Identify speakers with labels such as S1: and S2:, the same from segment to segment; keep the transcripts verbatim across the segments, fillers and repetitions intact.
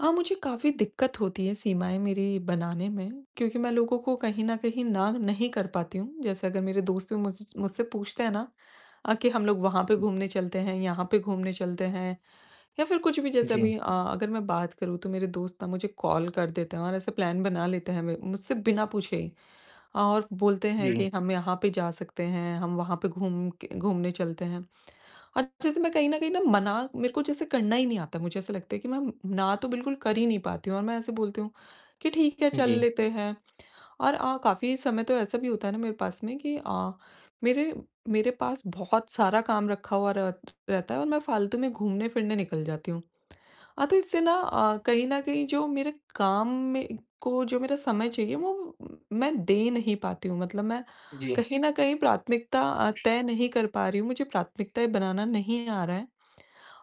S1: हाँ, मुझे काफ़ी दिक्कत होती है सीमाएँ मेरी बनाने में, क्योंकि मैं लोगों को कहीं न कहीं ना नहीं कर पाती हूँ। जैसे अगर मेरे दोस्त भी मुझ मुझसे पूछते हैं ना, अ, कि हम लोग वहाँ पे घूमने चलते हैं, यहाँ पे घूमने चलते हैं या फिर कुछ भी जैसे
S2: जी,
S1: अभी अ, अगर मैं बात करूँ, तो मेरे दोस्त ना मुझे कॉल कर देते हैं और ऐसे प्लान बना लेते हैं मे मुझसे बिना पूछे ही। और बोलते हैं
S2: जी,
S1: कि हम यहाँ पे जा सकते हैं, हम वहाँ पे घूम के घूमने चलते हैं। और जैसे मैं कहीं न कहीं ना मना मेरे को जैसे करना ही नहीं आता। मुझे ऐसा लगता है कि मैं ना तो बिल्कुल कर ही नहीं पाती हूँ, और मैं ऐसे बोलती हूँ कि ठीक है, चल
S2: जी,
S1: लेते हैं। और अ, काफ़ी समय तो ऐसा भी होता है ना मेरे पास में कि अ, मेरे मेरे पास बहुत सारा काम रखा हुआ रह रहता है, और मैं फालतू में घूमने-फिरने निकल जाती हूँ। हाँ, तो इससे ना अ, कहीं न कहीं जो मेरे काम में को जो मेरा समय चाहिए वो मैं दे नहीं पाती हूँ। मतलब मैं
S2: जी,
S1: कहीं न कहीं प्राथमिकता अ, तय नहीं कर पा रही हूँ, मुझे प्राथमिकताएँ बनाना नहीं आ रहा है।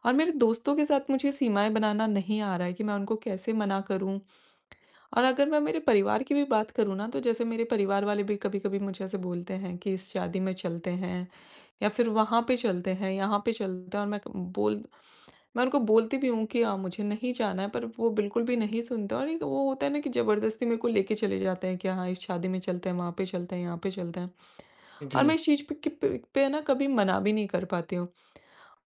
S1: और मेरे दोस्तों के साथ मुझे सीमाएँ बनाना नहीं आ रहा है कि मैं उनको कैसे मना करूँ? और अगर मैं मेरे परिवार की भी बात करूँ ना, तो जैसे मेरे परिवार वाले भी कभी-कभी मुझे ऐसे बोलते हैं कि इस शादी में चलते हैं या फिर वहाँ पे चलते हैं, यहाँ पे चलते हैं, और मैं क बोल मैं उनको बोलती भी हूँ कि हाँ, मुझे नहीं जाना है, पर वो बिल्कुल भी नहीं सुनते। और एक वो होता है ना कि ज़बरदस्ती मेरे को लेके चले जाते हैं कि हाँ, इस शादी में चलते हैं, वहाँ पे चलते हैं, यहाँ पे चलते हैं। और मैं
S2: जी,
S1: इस चीज़ पे, पे, पे ना कभी मना भी नहीं कर पाती हूँ,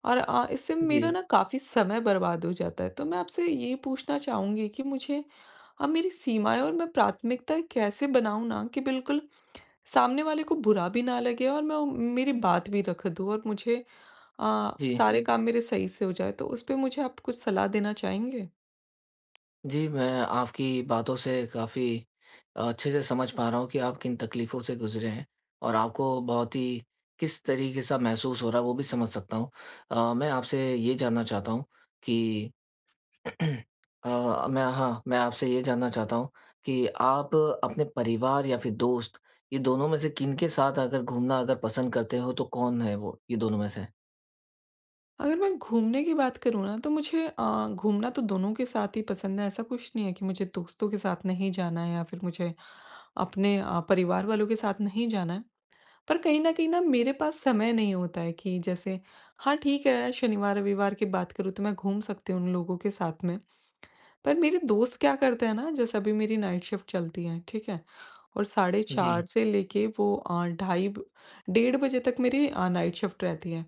S1: और आ, इससे मेरा
S2: जी,
S1: ना काफ़ी समय बर्बाद हो जाता है। तो मैं आपसे ये पूछना चाहूंगी कि मुझे अब मेरी सीमाएं और मैं प्राथमिकताएं कैसे बनाऊं, ना कि बिल्कुल सामने वाले को बुरा भी ना लगे और मैं मेरी बात भी रख दूं, और मुझे आ,
S2: जी,
S1: सारे काम मेरे सही से हो जाए? तो उस पे मुझे आप कुछ सलाह देना चाहेंगे?
S2: जी, मैं आपकी बातों से काफ़ी अच्छे से समझ पा रहा हूँ कि आप किन तकलीफ़ों से गुज़रे हैं और आपको बहुत ही किस तरीके सा महसूस हो रहा है, वो भी समझ सकता हूँ। अ, मैं आपसे ये जानना चाहता हूँ कि अ, मैं हाँ, मैं आपसे ये जानना चाहता हूँ कि आप अपने परिवार या फिर दोस्त, ये दोनों में से किनके साथ अगर घूमना अगर पसंद करते हो, तो कौन है वो? ये दोनों में से?
S1: अगर मैं घूमने की बात करूँ ना, तो मुझे अ, घूमना तो दोनों के साथ ही पसंद है। ऐसा कुछ नहीं है कि मुझे दोस्तों के साथ नहीं जाना है या फिर मुझे अपने अ, परिवार वालों के साथ नहीं जाना है। पर कहीं न कहीं ना मेरे पास समय नहीं होता है कि जैसे, हाँ, ठीक है, शनिवार, रविवार की बात करूँ, तो मैं घूम सकती हूँ उन लोगों के साथ में। पर मेरे दोस्त क्या करते हैं ना, जैसे अभी मेरी नाइट शिफ्ट चलती है, ठीक है? और साढ़े चार
S2: जी,
S1: से लेके वो अ, ढाई ब डेढ़ बजे तक मेरी अ, नाइट शिफ्ट रहती है।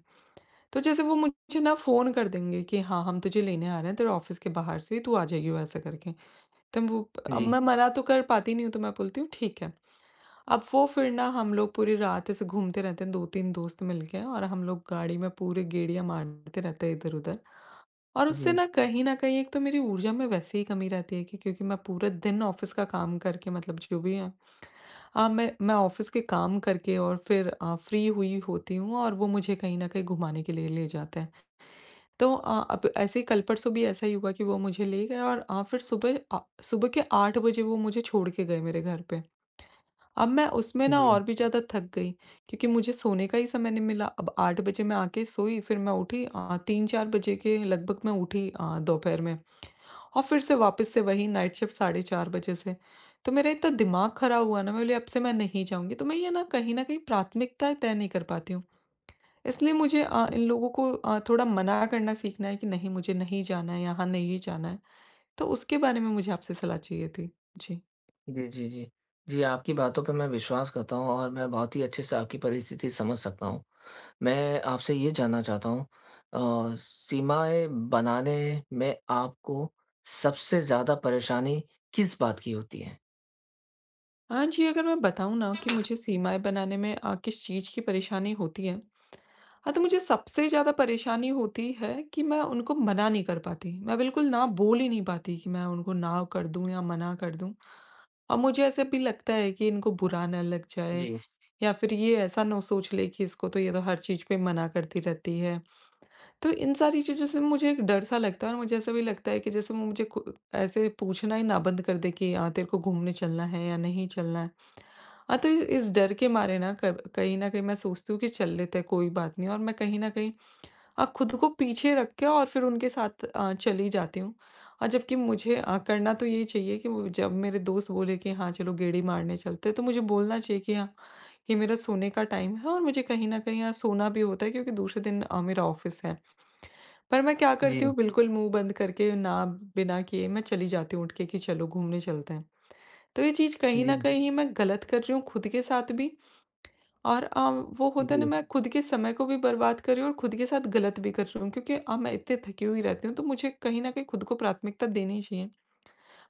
S1: तो जैसे वो मुझे ना फ़ोन कर देंगे कि हाँ, हम तुझे लेने आ रहे हैं तेरे ऑफ़िस के बाहर से, तू आ जाइयो ऐसा करके। तो वो, अब
S2: जी,
S1: मैं मना तो कर पाती नहीं हूँ, तो मैं बोलती हूँ ठीक है। अब वो फिर ना, हम लोग पूरी रात ऐसे घूमते रहते हैं, दो तीन दोस्त मिलके, और हम लोग गाड़ी में पूरे गेड़ियाँ मारते रहते हैं इधर-उधर। और उससे
S2: जी,
S1: ना कहीं न कहीं, एक तो मेरी ऊर्जा में वैसे ही कमी रहती है कि क्योंकि मैं पूरा दिन ऑफ़िस का काम करके, मतलब जो भी है, अ, मैं मैं ऑफ़िस के काम करके और फिर अ, फ्री हुई होती हूँ, और वो मुझे कहीं न कहीं घुमाने के लिए ले जाते हैं। तो अ, अब ऐसे ही कल परसों भी ऐसा ही हुआ कि वो मुझे ले गए, और अ, फिर सुबह अ, सुबह के आठ बजे वो मुझे छोड़ के गए मेरे घर पे। अब मैं उसमें ना
S2: जी।
S1: और भी ज़्यादा थक गई, क्योंकि मुझे सोने का ही समय नहीं मिला। अब आठ बजे मैं आके सोई, फिर मैं उठी अ, तीन चार बजे के लगभग मैं उठी, अ, दोपहर में, और फिर से वापस से वही नाइट शिफ्ट साढ़े चार बजे से। तो मेरा इतना दिमाग खराब हुआ ना, मैं बोली, अब से मैं नहीं जाऊँगी। तो मैं ये ना कहीं न कहीं प्राथमिकताएँ तय नहीं कर पाती हूँ। इसलिए मुझे अ, इन लोगों को अ, थोड़ा मना करना सीखना है कि नहीं, मुझे नहीं जाना है, यहाँ नहीं जाना है। तो उसके बारे में मुझे आपसे सलाह चाहिए थी। जी।
S2: जी, जी, जी। जी, आपकी बातों पे मैं विश्वास करता हूँ और मैं बहुत ही अच्छे से आपकी परिस्थिति समझ सकता हूँ। मैं आपसे ये जानना चाहता हूँ अ, सीमाएँ बनाने में आपको सबसे ज़्यादा परेशानी किस बात की होती है?
S1: हाँ जी, अगर मैं बताऊँ ना कि मुझे सीमाएँ बनाने में अ, किस चीज़ की परेशानी होती है। हाँ, तो मुझे सबसे ज़्यादा परेशानी होती है कि मैं उनको मना नहीं कर पाती। मैं बिल्कुल ना बोल ही नहीं पाती कि मैं उनको ना कर दूँ या मना कर दूँ। और मुझे ऐसा भी लगता है कि इनको बुरा ना लग जाए,
S2: जी,
S1: या फिर ये ऐसा ना सोच ले कि इसको तो, ये तो हर चीज़ पे मना करती रहती है। तो इन सारी चीज़ों से मुझे एक डर सा लगता है, और मुझे ऐसा भी लगता है कि जैसे वो मुझे कु ऐसे पूछना ही ना बंद कर दे कि अ, तेरे को घूमने चलना है या नहीं चलना है। हाँ, तो इ इस डर के मारे ना, क कहीं न कहीं मैं सोचती हूँ कि चल लेते हैं, कोई बात नहीं, और मैं कहीं न कहीं अ, खुद को पीछे रख के, और फिर उनके साथ अ, चली जाती हूँ। और जबकि मुझे अ, करना तो यही चाहिए कि वो जब मेरे दोस्त बोले कि हाँ, चलो गेड़ी मारने चलते हैं, तो मुझे बोलना चाहिए कि हाँ, ये मेरा सोने का टाइम है, और मुझे कहीं न कहीं यहाँ सोना भी होता है, क्योंकि दूसरे दिन अ, मेरा ऑफ़िस है। पर मैं क्या
S2: जी,
S1: करती हूँ, बिल्कुल मुँह बंद करके ना, बिना किए मैं चली जाती हूँ उठ के कि चलो घूमने चलते हैं। तो ये चीज़ कहीं न
S2: जी,
S1: कहीं मैं गलत कर रही हूँ खुद के साथ भी, और अ, वो होता है ना,
S2: जी,
S1: मैं खुद के समय को भी बर्बाद कर रही हूँ, और खुद के साथ गलत भी कर रही हूँ, क्योंकि अब मैं इतनी थकी हुई रहती हूँ, तो मुझे कहीं न कहीं खुद को प्राथमिकता देनी चाहिए।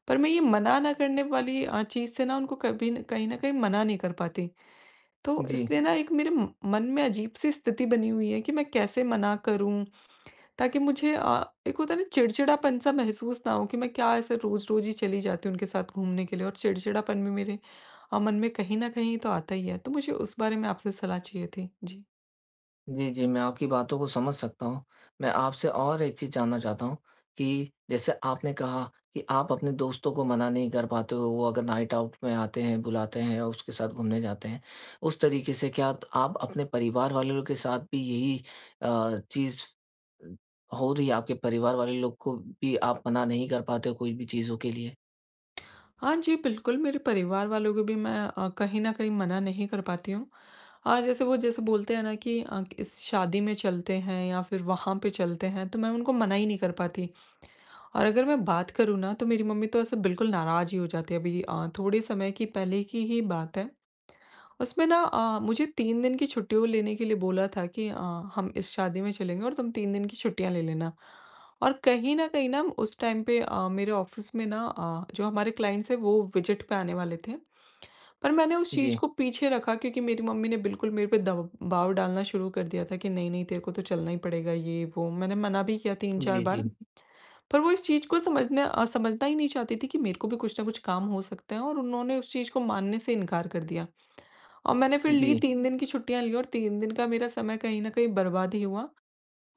S1: पर मैं ये मना ना करने वाली अ, चीज़ से ना, उनको कभी न कहीं न कहीं मना नहीं कर पाती। तो
S2: जी।
S1: इसलिए ना, एक मेरे म मन में अजीब-सी स्थिति बनी हुई है कि मैं कैसे मना करूँ? ताकि मुझे अ, एक होता है ना चिड़चिड़ापन सा, महसूस ना हो कि मैं क्या ऐसे रोज़-रोज़ ही चली जाती हूँ उनके साथ घूमने के लिए, और चिड़चिड़ापन भी मेरे अ, मन में कहीं न कहीं तो आता ही है। तो मुझे उस बारे में आपसे सलाह चाहिए थी। जी।
S2: जी, जी, मैं आपकी बातों को समझ सकता हूँ। मैं आपसे और एक चीज़ जानना चाहता हूँ कि जैसे आपने कहा कि आप अपने दोस्तों को मना नहीं कर पाते हो, वो अगर नाइट आउट में आते हैं, बुलाते हैं और उसके साथ घूमने जाते हैं। उस तरीके से क्या त आप अपने परिवार वालों के साथ भी यही अ, चीज़ अ, हो रही है? आपके परिवार वाले लोग को भी आप मना नहीं कर पाते हो कोई भी चीज़ों के लिए?
S1: हाँ जी, बिल्कुल मेरे परिवार वालों को भी मैं अ, कहीं न कहीं मना नहीं कर पाती हूँ। हाँ, जैसे वो जैसे बोलते हैं ना कि अ, इस शादी में चलते हैं या फिर वहाँ पे चलते हैं, तो मैं उनको मना ही नहीं कर पाती। और अगर मैं बात करूँ ना, तो मेरी मम्मी तो ऐसे बिल्कुल नाराज़ ही हो जाती है। अभी अ, थोड़े समय की पहले की ही बात है। उसमें ना अ, मुझे तीन दिन की छुट्टियों लेने के लिए बोला था कि अ, हम इस शादी में चलेंगे और तुम तीन दिन की छुट्टियाँ ले लेना। और कहीं न कहीं ना उस टाइम पे अ, मेरे ऑफ़िस में ना अ, जो हमारे क्लाइंट्स हैं, वो विज़िट पे आने वाले थे। पर मैंने उस चीज़
S2: जी,
S1: को पीछे रखा, क्योंकि मेरी मम्मी ने बिल्कुल मेरे पे दबाव डालना शुरू कर दिया था कि नहीं-नहीं, तेरे को तो चलना ही पड़ेगा, ये वो। मैंने मना भी किया तीन चार
S2: जी, जी,
S1: बार। पर वो इस चीज़ को समझना अ, समझना ही नहीं चाहती थी कि मेरे को भी कुछ ना कुछ काम हो सकते हैं, और उन्होंने उस चीज़ को मानने से इनकार कर दिया। और मैंने फिर ली
S2: जी,
S1: तीन दिन की छुट्टियाँ ली, और तीन दिन का मेरा समय कहीं न कहीं बर्बाद ही हुआ।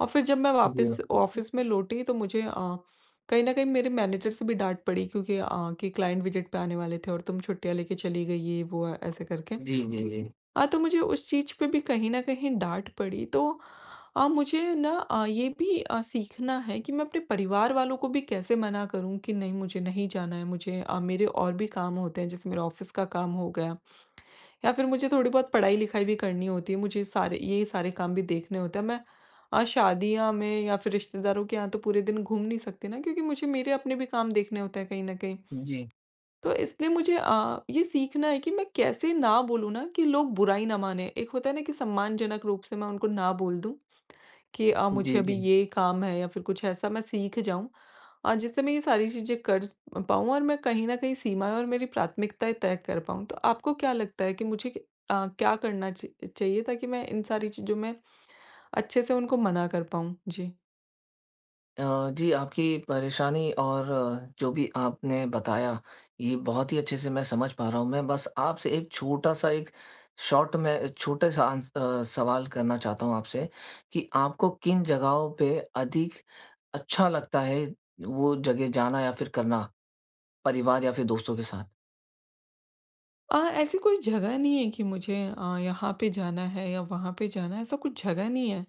S1: और फिर जब मैं
S2: जी,
S1: वापस ऑफ़िस में लौटी, तो मुझे अ, कहीं न कहीं मेरे मैनेजर से भी डाँट पड़ी, क्योंकि अ, कि क्लाइंट विज़िट पे आने वाले थे, और तुम छुट्टियाँ लेके चली गई, ये वो ऐसे करके।
S2: जी, जी, जी,
S1: हाँ, तो मुझे उस चीज़ पे भी कहीं न कहीं डाँट पड़ी। तो अ, मुझे ना अ, ये भी अ, सीखना है कि मैं अपने परिवार वालों को भी कैसे मना करूँ, कि नहीं, मुझे नहीं जाना है, मुझे अ, मेरे और भी काम होते हैं, जैसे मेरा ऑफ़िस का काम हो गया, या फिर मुझे थोड़ी बहुत पढ़ाई-लिखाई भी करनी होती है, मुझे सारे ये सारे काम भी देखने होते हैं। मैं अ, शादियाँ में या फिर रिश्तेदारों के यहाँ तो पूरे दिन घूम नहीं सकती ना, क्योंकि मुझे मेरे अपने भी काम देखने होते हैं कहीं न कहीं। तो इसलिए मुझे अ, ये सीखना है कि मैं कैसे ना बोलूँ ना कि लोग बुराई ना माने। एक होता है ना कि सम्मानजनक रूप से मैं उनको ना बोल दूँ कि अ, मुझे
S2: जी,
S1: अभी
S2: जी, जी।
S1: ये काम है, या फिर कुछ ऐसा मैं सीख जाऊँ अ, जिससे मैं ये सारी चीज़ें कर पाऊँ, और मैं कहीं न कहीं सीमाएँ और मेरी प्राथमिकताएँ तय कर पाऊँ। तो आपको क्या लगता है कि मुझे अ, क्या करना च चाहिए ताकि मैं इन सारी चीज़ों में अच्छे से उनको मना कर पाऊँ? जी।
S2: अ, जी, आपकी परेशानी और अ, जो भी आपने बताया, ये बहुत ही अच्छे से मैं समझ पा रहा हूँ। मैं बस आपसे एक छोटा-सा एक शॉर्ट में एक छोटे-सा आंस अ, सवाल करना चाहता हूँ आपसे कि आपको किन जगहों पे अधिक अच्छा लगता है, वो जगह जाना या फिर करना, परिवार या फिर दोस्तों के साथ?
S1: अ, ऐसी कोई जगह नहीं है कि मुझे अ, यहाँ पे जाना है या वहाँ पे जाना है, ऐसा कुछ जगह नहीं है।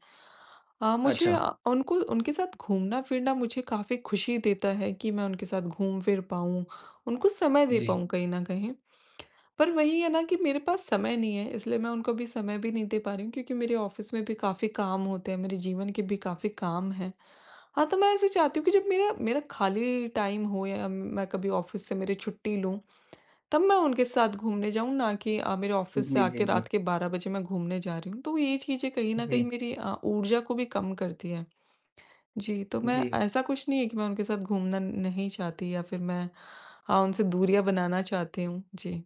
S1: अ, मुझे
S2: अच्छा,
S1: अ, उनको, उनके साथ घूमना-फिरना मुझे काफ़ी खुशी देता है कि मैं उनके साथ घूम-फिर पाऊँ, उनको समय दे
S2: जी।
S1: पाऊँ कहीं न कहीं। पर वही है ना कि मेरे पास समय नहीं है, इसलिए मैं उनको अभी समय भी नहीं दे पा रही हूँ, क्योंकि मेरे ऑफ़िस में भी काफ़ी काम होते हैं, मेरे जीवन के भी काफ़ी काम हैं। हाँ, तो मैं ऐसे चाहती हूँ कि जब मेरा मेरा खाली टाइम हो, या मैं कभी ऑफ़िस से मेरी छुट्टी लूँ, तब मैं उनके साथ घूमने जाऊँ, ना कि अ, मेरे ऑफ़िस से
S2: जी, जी,
S1: आके
S2: जी।
S1: रात के बारह बजे मैं घूमने जा रही हूँ। तो ये चीज़ें कहीं न कहीं
S2: जी,
S1: मेरी अ, ऊर्जा को भी कम करती है। जी, तो मैं,
S2: जी।
S1: ऐसा कुछ नहीं है कि मैं उनके साथ घूमना नहीं चाहती, या फिर मैं, हाँ, उनसे दूरियाँ बनाना चाहती हूँ। जी।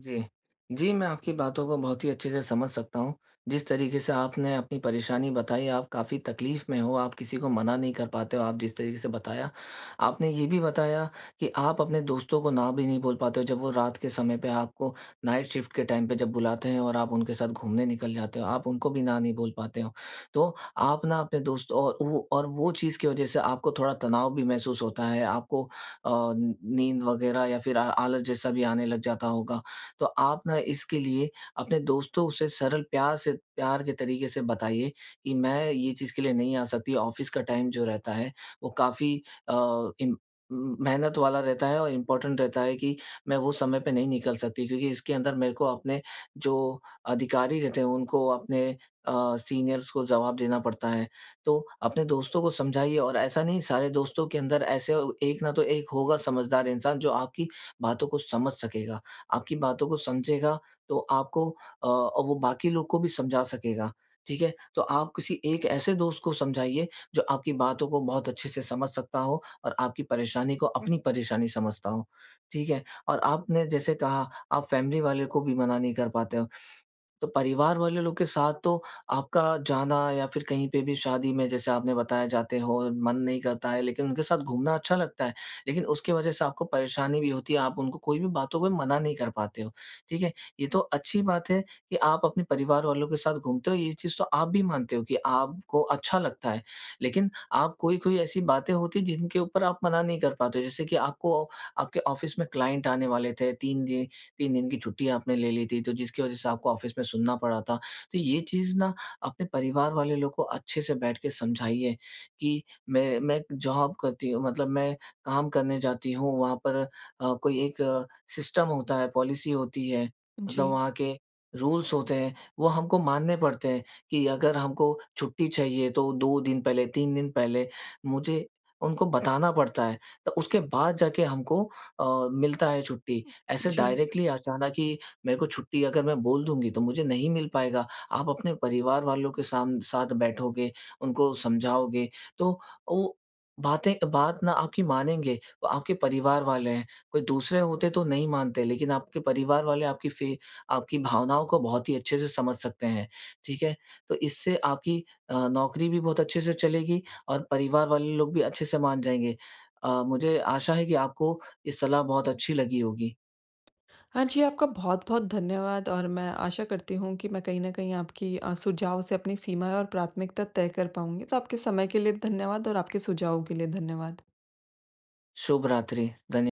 S2: जी। जी, मैं आपकी बातों को बहुत ही अच्छे से समझ सकता हूँ। जिस तरीके से आपने अपनी परेशानी बताई, आप काफ़ी तकलीफ़ में हो, आप किसी को मना नहीं कर पाते हो, आप जिस तरीके से बताया। आपने ये भी बताया कि आप अपने दोस्तों को ना भी नहीं बोल पाते हो, जब वो रात के समय पे आपको नाइट शिफ्ट के टाइम पे जब बुलाते हैं और आप उनके साथ घूमने निकल जाते हो, आप उनको भी ना नहीं बोल पाते हो। तो आप ना अपने दोस्त और वो और वो चीज़ की वजह से आपको थोड़ा तनाव भी महसूस होता है, आपको अ, नींद वग़ैरह या फिर आ आलस जैसा भी आने लग जाता होगा। तो आप ना इसके लिए अपने दोस्तों से सरल प्यार से प्यार के तरीके से बताइए कि मैं ये चीज़ के लिए नहीं आ सकती, ऑफ़िस का टाइम जो रहता है वो काफ़ी अ, इम मेहनत वाला रहता है और इम्पोर्टेंट रहता है कि मैं वो समय पे नहीं निकल सकती क्योंकि इसके अंदर मेरे को अपने जो अधिकारी रहते हैं उनको अपने अ, सीनियर्स को जवाब देना पड़ता है। तो अपने दोस्तों को समझाइए और ऐसा नहीं सारे दोस्तों के अंदर ऐसे एक ना तो एक होगा समझदार इंसान जो आपकी बातों को समझ सकेगा। आपकी बातों को समझेगा तो आपको अ, और वो बाकी लोग को भी समझा सकेगा, ठीक है? तो आप किसी एक ऐसे दोस्त को समझाइए जो आपकी बातों को बहुत अच्छे से समझ सकता हो और आपकी परेशानी को अपनी परेशानी समझता हो, ठीक है? और आपने जैसे कहा आप फैमिली वाले को भी मना नहीं कर पाते हो। तो परिवार वाले लोग के साथ तो आपका जाना या फिर कहीं पे भी शादी में जैसे आपने बताया जाते हो, मन नहीं करता है लेकिन उनके साथ घूमना अच्छा लगता है। लेकिन उसकी वजह से आपको परेशानी भी होती है, आप उनको कोई भी बातों पे मना नहीं कर पाते हो, ठीक है? ये तो अच्छी बात है कि आप अपने परिवार वालों के साथ घूमते हो, ये चीज़ तो आप भी मानते हो कि आपको अच्छा लगता है। लेकिन आप कोई-कोई ऐसी बातें होती हैं जिनके ऊपर आप मना नहीं कर पाते हो, जैसे कि आपको आपके ऑफ़िस में क्लाइंट आने वाले थे तीन दिन तीन दिन की छुट्टी आपने ले ली थी, तो जिसकी वज़ह से आपको ऑफ़िस में सुनना पड़ा था। तो ये चीज़ ना अपने परिवार वाले लोग को अच्छे से बैठ के समझाइए कि मैं मैं जॉब करती हूँ मतलब मैं काम करने जाती हूँ, वहाँ पर अ, कोई एक सिस्टम होता है, पॉलिसी होती है, मतलब
S1: जी,
S2: वहाँ के रूल्स होते हैं, वो हमको मानने पड़ते हैं कि अगर हमको छुट्टी चाहिए तो दो दिन पहले, तीन दिन पहले मुझे उनको बताना पड़ता है। तो उसके बाद जाके हमको अ, मिलता है छुट्टी। ऐसे
S1: जी।
S2: डायरेक्टली अचानक ही मेरे को छुट्टी अगर मैं बोल दूँगी तो मुझे नहीं मिल पाएगा। आप अपने परिवार वालों के साम साथ बैठोगे, उनको समझाओगे तो वो बातें बात ना आपकी मानेंगे, वो आपके परिवार वाले हैं। कोई दूसरे होते तो नहीं मानते लेकिन आपके परिवार वाले आपकी फी आपकी भावनाओं को बहुत ही अच्छे से समझ सकते हैं, ठीक है? तो इससे आपकी अ, नौकरी भी बहुत अच्छे से चलेगी और परिवार वाले लोग भी अच्छे से मान जाएँगे। अ, मुझे आशा है कि आपको ये सलाह बहुत अच्छी लगी होगी।
S1: हाँ जी, आपका बहुत-बहुत धन्यवाद, और मैं आशा करती हूँ कि मैं कहीं न कहीं आपकी अ, सुझाव से अपनी सीमाएँ और प्राथमिकता तय कर पाऊँगी। तो आपके समय के लिए धन्यवाद, और आपके सुझावों के लिए धन्यवाद।
S2: शुभ रात्रि। धन्य